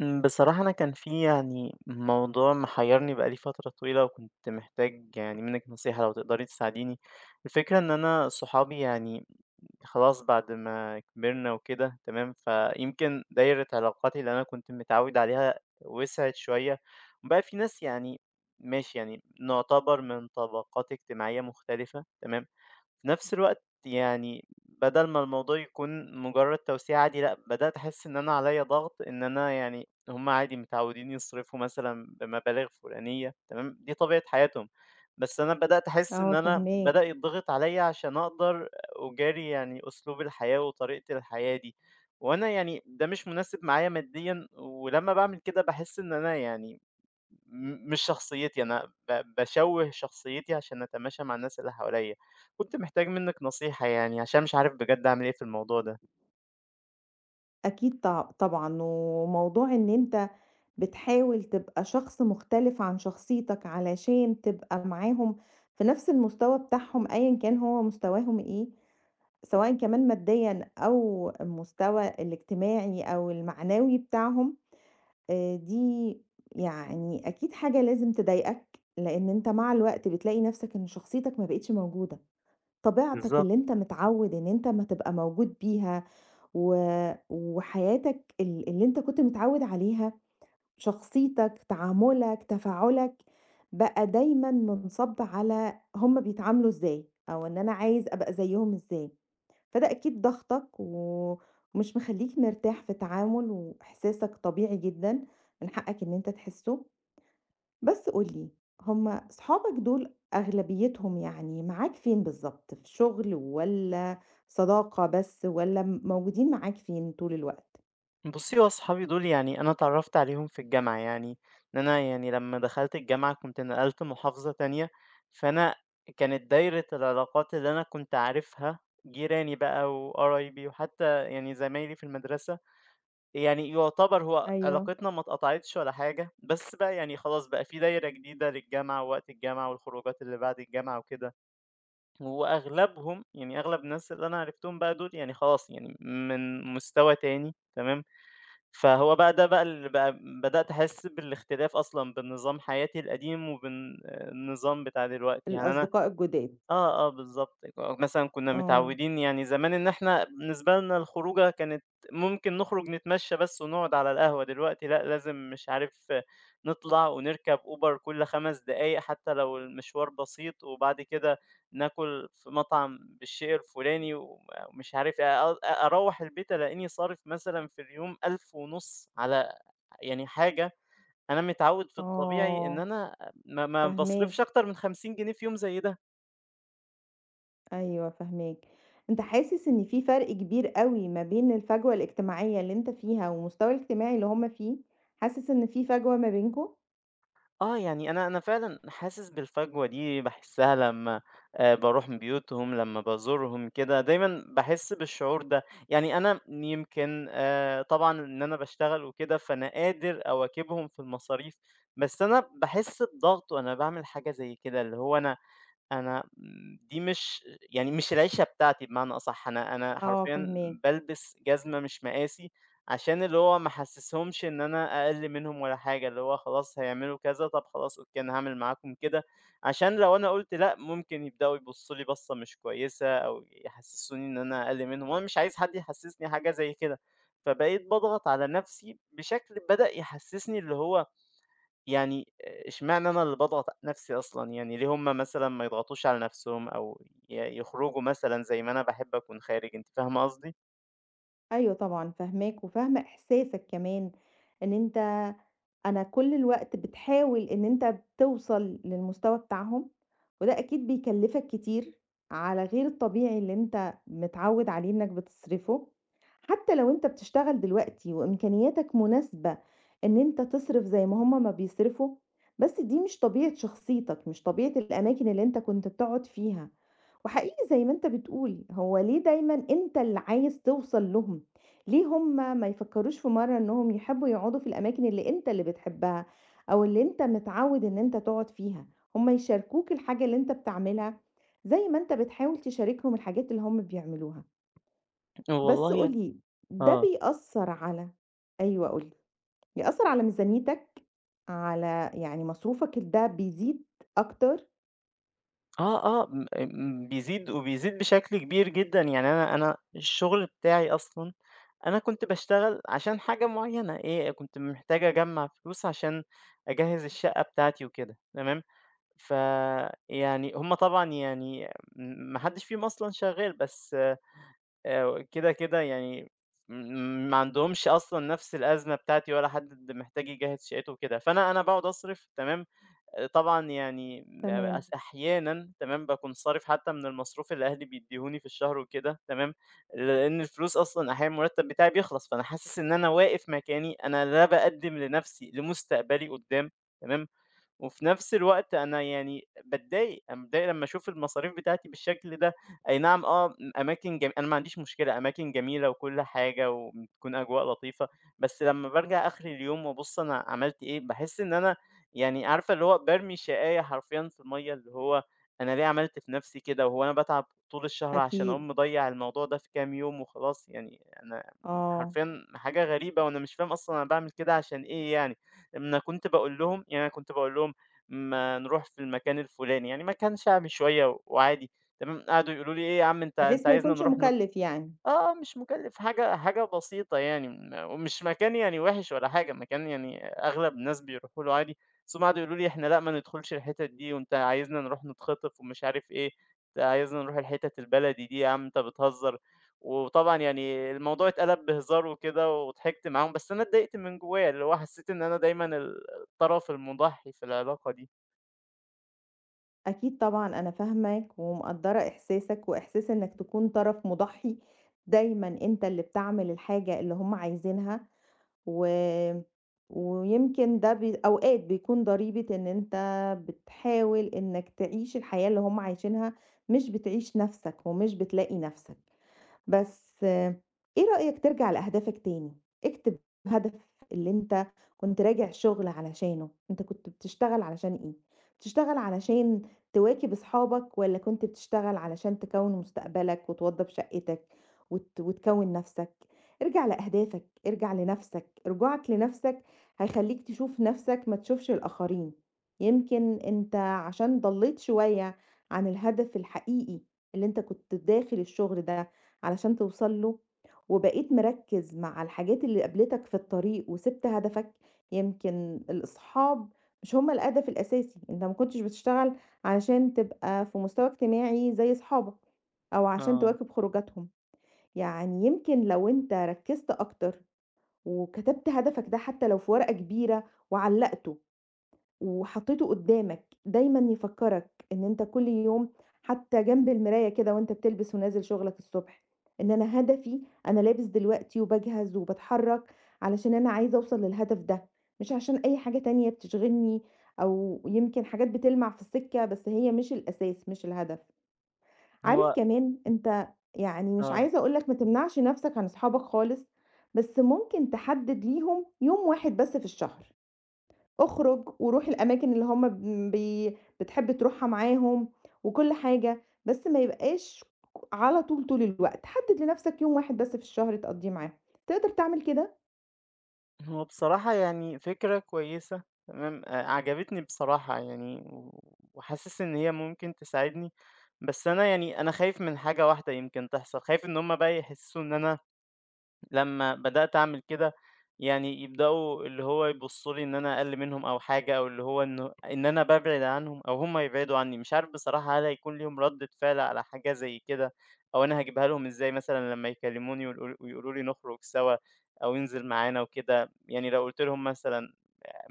بصراحة أنا كان في يعني موضوع محيّرني بقى لي فترة طويلة وكنت محتاج يعني منِّك نصيحة لو تقدري تساعديني. الفكرة إن أنا صحابي يعني خلاص بعد ما كبرنا وكده تمام، فيمكن دايرة علاقاتي اللي أنا كنت متعوّد عليها وسعت شوية، وبقى في ناس يعني ماشي يعني نعتبر من طبقات اجتماعية مختلفة تمام، في نفس الوقت يعني بدل ما الموضوع يكون مجرد توسيع عادي لأ، بدأت أحس إن أنا عليّا ضغط إن أنا يعني هم عادي متعودين يصرفوا مثلًا بمبالغ فلانية تمام، دي طبيعة حياتهم، بس أنا بدأت أحس إن آه أنا بدأ فاهماك، يتضغط عليّا عشان أقدر أجاري يعني أسلوب الحياة وطريقة الحياة دي، وأنا يعني ده مش مناسب معايا ماديًا، ولمّا باعمل كده باحس إن أنا يعني مش شخصيتي، أنا باشوّه شخصيتي عشان أتماشى مع الناس اللي حواليّا. كنت محتاج منِّك نصيحة يعني عشان مش عارف بجد أعمل إيه في الموضوع ده. أكيد طبعًا، وموضوع إن أنت بتحاول تبقى شخص مختلف عن شخصيتك علشان تبقى معاهم في نفس المستوى بتاعهم أيًا كان هو مستواهم إيه، سواء كمان ماديًا أو المستوى الاجتماعي أو المعنوي بتاعهم، دي يعني أكيد حاجة لازم تضايقك، لإن أنت مع الوقت بتلاقي نفسك إن شخصيتك ما بقتش موجودة، طبيعتك بالضبط. اللي أنت متعود إن أنت أمّا تبقى موجود بيها و وحياتك اللي أنت كنت متعوّد عليها، شخصيتك، تعاملك، تفاعلك، بقى دايمًا منصَب على هُم بيتعاملوا إزاي، أو إن أنا عايز أبقى زيّهم إزاي، فده أكيد ضاغطك و ومش مخلّيك مرتاح في التعامل، وإحساسك طبيعي جدًا، من حقك إن أنت تحسّه، بس قُل لي هُم صحابك دول أغلبيتهم يعني معاك فين بالضبط، في شغل والّا صداقة بس والّا موجودين معاك فين طول الوقت؟ بُصّي، هو أصحابي دول يعني أنا اتعرّفت عليهم في الجامعة، يعني إن أنا يعني لمّا دخلت الجامعة كنت نقلت محافظة تانية، فأنا كانت دايرة العلاقات اللي أنا كنت عارفها جيراني بقى وقرايبي وحتى يعني زمايلي في المدرسة. يعني يُعتبر هو أيوه. علاقتنا ما اتقطعتش ولا حاجة، بس بقى يعني خلاص بقى في دايرة جديدة للجامعة ووقت الجامعة والخروجات اللي بعد الجامعة وكده، وأغلبهم يعني أغلب الناس اللي أنا عرفتهم بقى دول يعني خلاص يعني من مستوى تاني تمام، فهو بقى ده بقى اللي بقى بدأت أحس بالاختلاف أصلًا بين نظام حياتي القديم وبين النظام بتاع دلوقتي، يعني أنا الأصدقاء الجداد. آه، آه، بالضبط، مثلًا كنا آه، متعودين يعني زمان إن إحنا بالنسبة لنا الخروجة كانت ممكن نخرج نتمشى بس ونقعد على القهوة، دلوقتي لأ، لازم مش عارف نطلع ونركب Uber كل 5 دقايق حتى لو المشوار بسيط، وبعد كده ناكل في مطعم بالشيء الفلاني، ومش عارف أ أ أروّح البيت ألاقيني صارف مثلًا في اليوم 1500 على يعني حاجة أنا متعود في الطبيعي إن آه، أنا ما باصرفش فاهماك، أكتر من 50 جنيه في يوم زي ده. أيوه فاهماك. أنت حاسس إن في فرق كبير أوي ما بين الفجوة الاجتماعية اللي أنت فيها والمستوى الاجتماعي اللي هُم فيه؟ حاسس إن في فجوة ما بينكم؟ آه، يعني أنا فعلًا حاسس بالفجوة دي باحسّها لمّا باروح بيوتهم، لمّا بازورهم كده، دايمًا باحس بالشعور ده. يعني أنا يمكن طبعًا إن أنا باشتغل وكده، فأنا قادر أواكبهم في المصاريف، بس أنا باحس بضغط وأنا باعمل حاجة زي كده، اللي هو أنا أنا م دي مش يعني مش العِشرة بتاعتي بمعنى أصح، أنا آه حرفيًا فاهماك. بالبس جزمة مش مقاسي، عشان اللي هو ما أحسسهمش إن أنا أقل منهم ولا حاجة، اللي هو خلاص هيعملوا كذا، طب خلاص أوكي أنا هاعمل معاكم كده، عشان لو أنا قُلت لأ، ممكن يبدأوا يبصّوا لي بصّة مش كويسة أو يحسسوني إن أنا أقل منهم، وأنا مش عايز حد يحسسني حاجة زي كده، فبقيت باضغط على نفسي بشكل بدأ يحسسني اللي هو يعني اشمعنى أنا اللي باضغط نفسي أصلًا، يعني ليه هُم مثلًا ما يضغطوش على نفسهم أو يخرجوا مثلًا زي ما أنا باحب أكون خارج، أنتِ فاهمة قصدي؟ أيوه طبعًا فاهماك وفاهمة إحساسك كمان إن أنت أنا كل الوقت بتحاول إن أنت توصل للمستوى بتاعهم. وده أكيد بيكلّفك كتير، على غير الطبيعي اللي أنت متعوّد عليه إنك بتصرفه، حتى لو أنت بتشتغل دلوقتي وإمكانياتك مناسبة إن أنت تصرف زي ما هم ما بيصرفوا، بس دي مش طبيعة شخصيتك، مش طبيعة الأماكن اللي أنت كنت بتقعد فيها، وحقيقي زي ما أنت بتقول، هو ليه دايمًا أنت اللي عايز توصل لهم؟ ليه هم ما يفكّروش في مرّة إنهم يحبّوا يقعدوا في الأماكن اللي أنت اللي بتحبها، أو اللي أنت متعوّد إن أنت تقعد فيها؟ هم يشاركوك الحاجة اللي أنت بتعملها، زي ما أنت بتحاول تشاركهم الحاجات اللي هم بيعملوها، بس والله قُل لي ده آه، بيأثّر على أيوه قُل لي، بيأثّر على ميزانيتك، على يعني مصروفك ده بيزيد أكتر؟ آه، آه، م م بيزيد وبيزيد بشكل كبير جدًا، يعني أنا الشغل بتاعي أصلًا أنا كنت باشتغل عشان حاجة معينة، إيه، كنت محتاج أجمّع فلوس عشان أجهّز الشقة بتاعتي وكده، تمام، فيعني هُم طبعًا يعني ما حدش فيهم أصلًا شغال، بس كده، كده يعني م ما عندهمش أصلًا نفس الأزمة بتاعتي ولا حد محتاج يجهّز شقته وكده، فأنا أنا باقعد أصرف تمام، آه، طبعًا يعني م تمام، أس أحيانًا تمام، باكون صارف حتى من المصروف اللي أهلي بيدّيهوني في الشهر وكده تمام، لإن الفلوس أصلًا أحيانًا المرتب بتاعي بيخلص، فأنا حاسس إن أنا واقف مكاني، أنا لا باقدّم لنفسي لمستقبلي قدّام تمام، وفي نفس الوقت أنا يعني باتضايق، أنا باتضايق لمّا أشوف المصاريف بتاعتي بالشكل ده، أي نعم آه أماكن أنا ما عنديش مشكلة، أماكن جميلة وكل حاجة وبتكون أجواء لطيفة، بس لمّا بارجع آخر اليوم وأبُص أنا عملت إيه، باحس إن أنا يعني عارفة اللي هو بارمي شقاية حرفيًا في المَيّة، اللي هو أنا ليه عملت في نفسي كده، وهو أنا باتعب طول الشهر عشان أكيد. أقوم مضيّع الموضوع ده في كام يوم وخلاص، يعني أنا آه، حرفيًا حاجة غريبة وأنا مش فاهم أصلًا أنا باعمل كده عشان إيه يعني، أنا كنت باقول لهم ما نروح في المكان الفلاني، يعني مكان شعبي شوية وعادي تمام، قعدوا يقولوا لي: "إيه يا عم أنت أنت بحيث ما عايزنا يكونش نروح ن" مُكلِّف يعني. آه، آه، مش مكلِّف حاجة حاجة بسيطة يعني، ومش مكان يعني وِحِش ولا حاجة، مكان يعني أغلب الناس بيروحوا له عادي، بس هُم قعدوا يقولوا لي: "إحنا لأ، ما ندخلش الحتت دي، وأنت عايزنا نروح نتخطف ومش عارف إيه، أنت عايزنا نروح الحتت البلدي دي، يا عم أنت بتهزر." وطبعًا يعني الموضوع اتقلب بهزار وكده وضحكت معاهم، بس أنا اتضايقت من جوايا، اللي هو حسيت إن أنا دايمًا الطرف المُضحّي في العلاقة دي. أكيد طبعًا أنا فاهماك ومقدّرة إحساسك وإحساس إنك تكون طرف مُضحّي، دايمًا أنت اللي بتعمل الحاجة اللي هم عايزينها و ويمكن ده أوقات بيكون ضريبة إن أنت بتحاول إنك تعيش الحياة اللي هم عايشينها، مش بتعيش نَفْسك ومش بتلاقي نَفْسك. بس إيه رأيك ترجع لأهدافك تاني؟ اكتب هدف اللي أنت كنت راجع شغل علشانه، أنت كنت بتشتغل علشان إيه؟ بتشتغل علشان تواكب أصحابك والّا كنت بتشتغل علشان تكوّن مستقبلك وتوضّب شقتك وت وتكوّن نَفْسك؟ ارجع لأهدافك، ارجع لنَفْسك، رجوعك لنَفْسك هيخلّيك تشوف نَفْسك ما تشوفش الآخرين، يمكن أنت عشان ضلّيت شوية عن الهدف الحقيقي اللي أنت كنت داخل الشغل ده علشان توصل له، وبقيت مركّز مع الحاجات اللي قابلتك في الطريق وسِبت هدفك، يمكن الأصحاب مش هُم الهدف الأساسي، أنت ما كنتش بتشتغل علشان تبقى في مستوى اجتماعي زي أصحابك، أو عشان آه. تواكب خروجاتهم، يعني يمكن لو أنت ركّزت أكتر وكتبت هدفك ده حتى لو في ورقة كبيرة وعلّقته وحطيته قدّامك دايمًا يفكّرك إن أنت كل يوم حتى جنب المراية كده وأنت بتلبس ونازل شغلك الصبح، إن أنا هدفي أنا لابس دلوقتي وباجهز وباتحرّك علشان أنا عايزة أوصل للهدف ده، مش عشان أي حاجة تانية بتشغلني أو يمكن حاجات بتلمع في السكة بس هي مش الأساس مش الهدف. عارف هو كمان أنت يعني مش آه. عايزة أقول لك ما تمنعش نَفْسك عن أصحابك خالص، بس ممكن تحدد ليهم يوم واحد بس في الشهر. اخرج وروح الأماكن اللي هم بتحب تروحها معاهم وكل حاجة، بس ما يبقاش على طول طول الوقت، حدد لنفسك يوم واحد بس في الشهر تقضّيه معاهم، تقدر تعمل كده؟ هو بصراحة يعني فكرة كويسة تمام، عجبتني بصراحة يعني وحاسس إن هي ممكن تساعدني، بس أنا يعني أنا خايف من حاجة واحدة يمكن تحصل، خايف إن هم بقى يحسّوا إن أنا لمّا بدأت أعمل كده، يعني يبدأوا اللي هو يبصّوا لي إن أنا أقل منهم أو حاجة، أو اللي هو إنه إن أنا بابعد عنهم أو هُم يبعدوا عني، مش عارف بصراحة هل هيكون ليهم ردّة فعل على حاجة زي كده، أو أنا هاجيبها لهم إزاي مثلًا لمّا يكلموني ويقولوا لي نخرج سوا أو انزل معانا وكده، يعني لو قُلت لهم مثلًا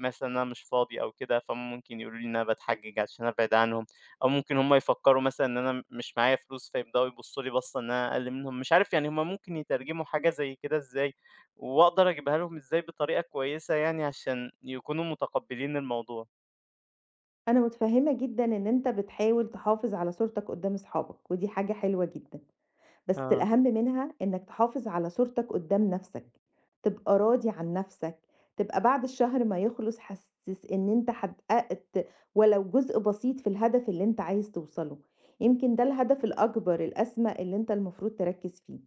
مثلًا إن أنا مش فاضي أو كده، فهُم ممكن يقولوا لي إن أنا باتحجج عشان أبعد عنهم. أو ممكن هم يفكّروا مثلًا إن أنا مش معايا فلوس، فيبدأوا يبصّوا لي بصّة إن أنا أقل منهم، مش عارف يعني هم ممكن يترجموا حاجة زي كده إزاي، وأقدر أجيبها لهم إزاي بطريقة كويسة يعني عشان يكونوا متقبّلين الموضوع؟ أنا متفهمة جدًا إن أنت بتحاول تحافظ على صورتك قدّام أصحابك، ودي حاجة حلوة جدًا. بس آه. الأهم منها إنك تحافظ على صورتك قدّام نَفْسك، تبقى راضي عن نَفْسك، تبقى بعد الشهر ما يخلص حاسس إن أنت حققت ولو جزء بسيط في الهدف اللي أنت عايز توصله، يمكن ده الهدف الأكبر الأسمى اللي أنت المفروض تركّز فيه،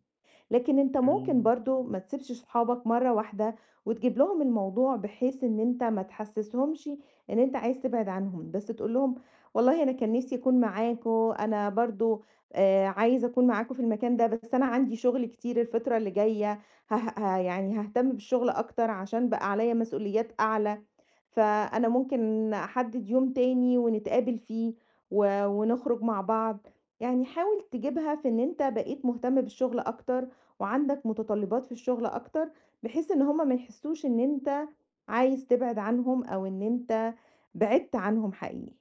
لكن أنت ممكن إمم، برضه ما تسيبش صحابك مرّة واحدة وتجيب لهم الموضوع بحيث إن أنت ما تحسسهمش إن أنت عايز تبعد عنهم، بس تقول لهم والله أنا كان نِفْسي أكون معاكم، أنا برضه عايزة أكون معاكم في المكان ده، بس أنا عندي شغل كتير الفترة اللي جاية، هه ه يعني هاهتم بالشغل أكتر عشان بقى عليّا مسؤوليات أعلى، فأنا ممكن أحدد يوم تاني ونتقابل فيه و ونخرج مع بعض، يعني حاول تجيبها في إن أنت بقيت مهتم بالشغل أكتر، وعندك متطلبات في الشغل أكتر، بحيث إن هُم ما يحسوش إن أنت عايز تبعد عنهم أو إن أنت بعدت عنهم حقيقي،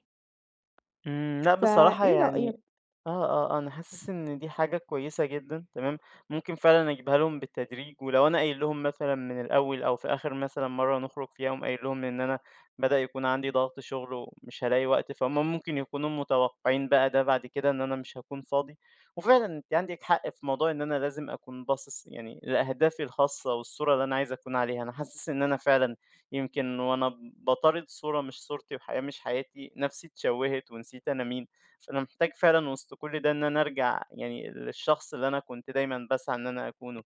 إمم، لأ بصراحة فإيه رأيك؟ يعني آه، آه، أنا حاسس إن دي حاجة كويسة جدًا، تمام، ممكن فعلًا أجيبها لهم بالتدريج، ولو أنا قايل لهم مثلًا من الأول أو في آخر مثلًا مرة نخرج فيها أقوم قايل لهم إن أنا بدأ يكون عندي ضغط شغل ومش هالاقي وقت، فهُم ممكن يكونوا متوقعين بقى ده بعد كده إن أنا مش هاكون فاضي، وفعلًا أنتِ عندِك حق في موضوع إن أنا لازم أكون باصص يعني لأهدافي الخاصة والصورة اللي أنا عايز أكون عليها، أنا حاسس إن أنا فعلًا يمكن وأنا باطارد صورة مش صورتي وحياة مش حياتي، نَفْسي اتشوّهت ونسيت أنا مين. فأنا محتاج فعلًا وسط كل ده إن أنا أرجع يعني للشخص اللي أنا كنت دايمًا باسعى إن أنا أكونه،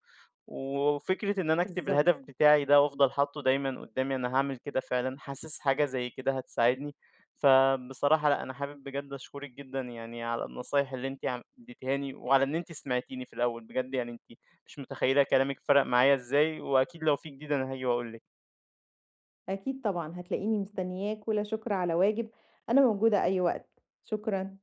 وفكرة إن أنا أكتب بالضبط. الهدف بتاعي ده وأفضل حاطّه دايمًا قدّامي أنا هاعمل كده فعلًا، حاسس حاجة زي كده هتساعدني، فبصراحة لأ، أنا حابب بجد أشكرِك جدًا يعني على النصايح اللي أنتِ عم اديتيهاني وعلى إن أنتِ سمعتيني في الأول، بجد يعني أنتِ مش متخيلة كلامِك فرق معايا إزاي، وأكيد لو في جديد أنا هاجي وأقول لِك. أكيد طبعًا، هتلاقيني مستنياك، ولا شكر على واجب، أنا موجودة أي وقت، شكرًا.